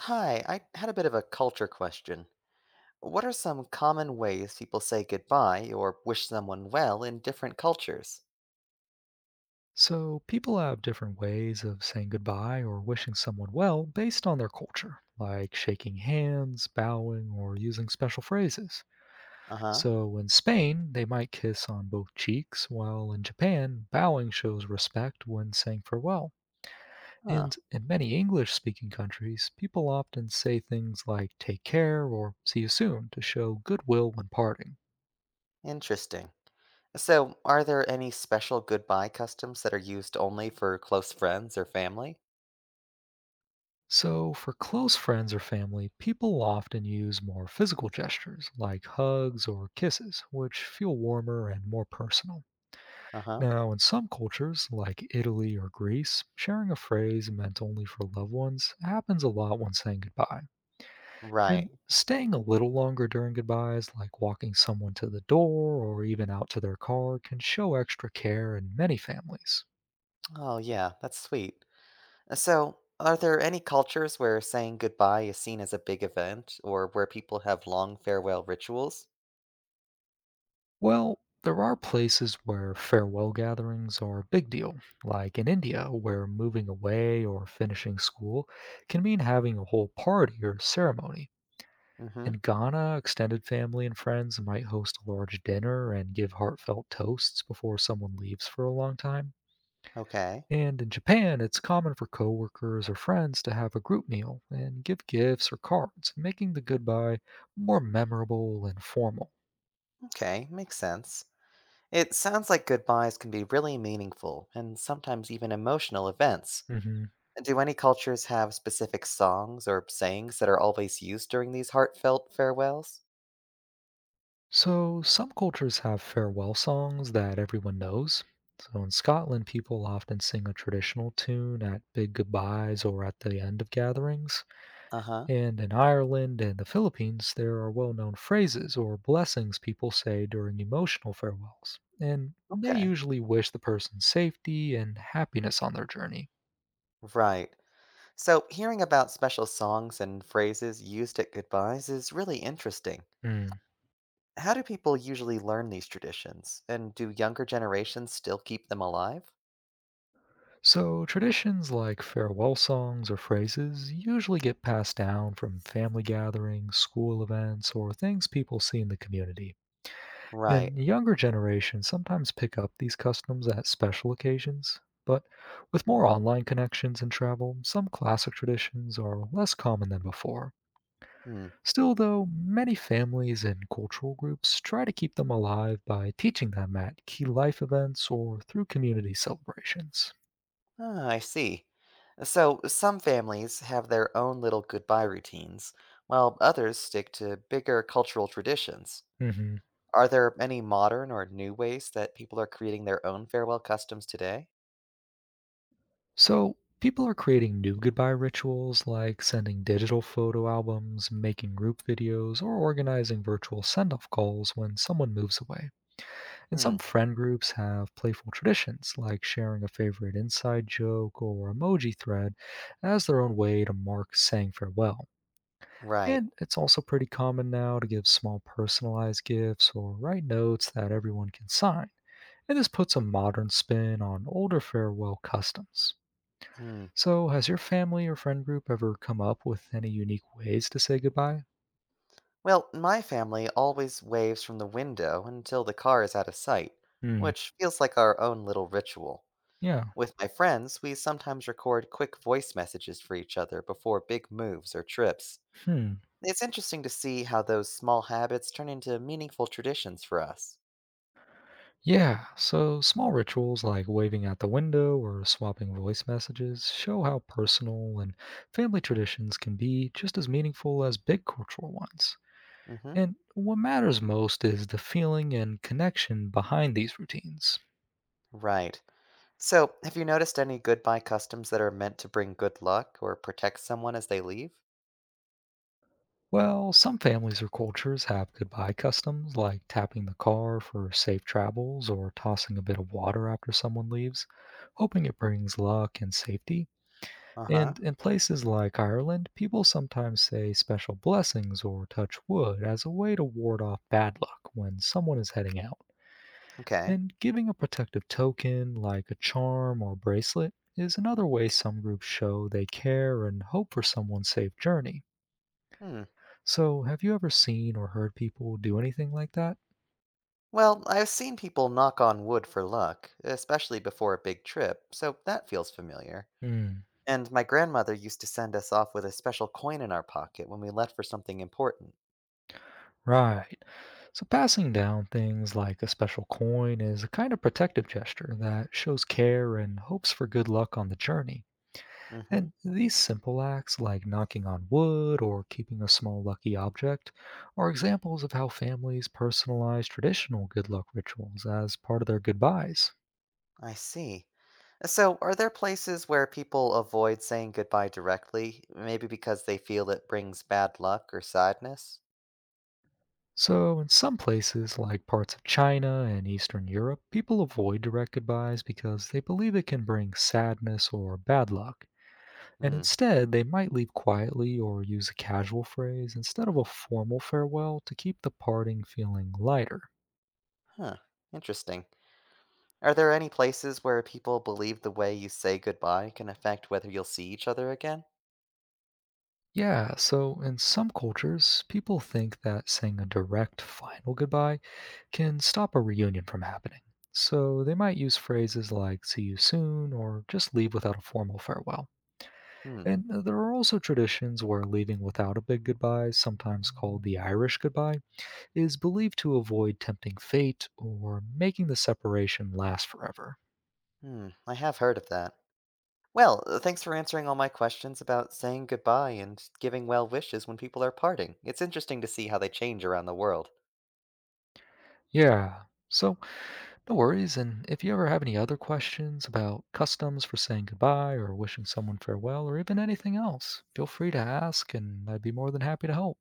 Hi, I had a bit of a culture question. What are some common ways people say goodbye or wish someone well in different cultures? So, people have different ways of saying goodbye or wishing someone well based on their culture, like shaking hands, bowing, or using special phrases. Uh huh. So, in Spain, they might kiss on both cheeks, while in Japan, bowing shows respect when saying farewell. Huh. And in many English speaking countries, people often say things like take care or see you soon to show goodwill when parting. Interesting. So, are there any special goodbye customs that are used only for close friends or family? So, for close friends or family, people often use more physical gestures like hugs or kisses, which feel warmer and more personal. Uh huh. Now, in some cultures, like Italy or Greece, sharing a phrase meant only for loved ones happens a lot when saying goodbye. And Right. staying a little longer during goodbyes, like walking someone to the door or even out to their car, can show extra care in many families. Oh, yeah, that's sweet. So, are there any cultures where saying goodbye is seen as a big event or where people have long farewell rituals? Well, there are places where farewell gatherings are a big deal, like in India, where moving away or finishing school can mean having a whole party or ceremony. Mm hmm. In Ghana, extended family and friends might host a large dinner and give heartfelt toasts before someone leaves for a long time. Okay. And in Japan, it's common for coworkers or friends to have a group meal and give gifts or cards, making the goodbye more memorable and formal. Okay, makes sense. It sounds like goodbyes can be really meaningful and sometimes even emotional events. Mhm. Do any cultures have specific songs or sayings that are always used during these heartfelt farewells? So, some cultures have farewell songs that everyone knows. So, in Scotland, people often sing a traditional tune at big goodbyes or at the end of gatherings. Uh huh. And in Ireland and the Philippines, there are well known phrases or blessings people say during emotional farewells. And they Okay. usually wish the person safety and happiness on their journey. Right. So, hearing about special songs and phrases used at goodbyes is really interesting. How do people usually learn these traditions? And do younger generations still keep them alive? So, traditions like farewell songs or phrases usually get passed down from family gatherings, school events, or things people see in the community. Right. And younger generations sometimes pick up these customs at special occasions, but with more online connections and travel, some classic traditions are less common than before. Hmm. Still, though, many families and cultural groups try to keep them alive by teaching them at key life events or through community celebrations. Ah, I see. So, some families have their own little goodbye routines, while others stick to bigger cultural traditions. Mhm. Are there any modern or new ways that people are creating their own farewell customs today? So, people are creating new goodbye rituals like sending digital photo albums, making group videos, or organizing virtual send off calls when someone moves away. And Hmm, some friend groups have playful traditions like sharing a favorite inside joke or emoji thread as their own way to mark saying farewell. right. And it's also pretty common now to give small personalized gifts or write notes that everyone can sign. And this puts a modern spin on older farewell customs. Hmm. So, has your family or friend group ever come up with any unique ways to say goodbye? Well, my family always waves from the window until the car is out of sight, Hmm. which feels like our own little ritual. Yeah. With my friends, we sometimes record quick voice messages for each other before big moves or trips. Hmm. It's interesting to see how those small habits turn into meaningful traditions for us. Yeah. So, small rituals like waving out the window or swapping voice messages show how personal and family traditions can be just as meaningful as big cultural ones. Mhm. And what matters most is the feeling and connection behind these routines. Right. So, have you noticed any goodbye customs that are meant to bring good luck or protect someone as they leave? Well, some families or cultures have goodbye customs like tapping the car for safe travels or tossing a bit of water after someone leaves, hoping it brings luck and safety. Uh huh. And in places like Ireland, people sometimes say special blessings or touch wood as a way to ward off bad luck when someone is heading out. Okay. And giving a protective token like a charm or bracelet is another way some groups show they care and hope for someone's safe journey. Hmm. So, have you ever seen or heard people do anything like that? Well, I've seen people knock on wood for luck, especially before a big trip, so that feels familiar. Hmm, And my grandmother used to send us off with a special coin in our pocket when we left for something important. right. So, passing down things like a special coin is a kind of protective gesture that shows care and hopes for good luck on the journey. Mm hmm. And these simple acts, like knocking on wood or keeping a small lucky object, are examples of how families personalize traditional good luck rituals as part of their goodbyes. I see. So, are there places where people avoid saying goodbye directly, maybe because they feel it brings bad luck or sadness? So, in some places, like parts of China and Eastern Europe, people avoid direct goodbyes because they believe it can bring sadness or bad luck, and Hmm, instead they might leave quietly or use a casual phrase instead of a formal farewell to keep the parting feeling lighter. huh, interesting. Are there any places where people believe the way you say goodbye can affect whether you'll see each other again? Yeah, so in some cultures, people think that saying a direct final goodbye can stop a reunion from happening. So they might use phrases like see you soon or just leave without a formal farewell. Hmm, And there are also traditions where leaving without a big goodbye, sometimes called the Irish goodbye, is believed to avoid tempting fate or making the separation last forever. hmm, I have heard of that. Well, thanks for answering all my questions about saying goodbye and giving well wishes when people are parting. It's interesting to see how they change around the world. Yeah, so no worries. And if you ever have any other questions about customs for saying goodbye or wishing someone farewell or even anything else, feel free to ask, and I'd be more than happy to help.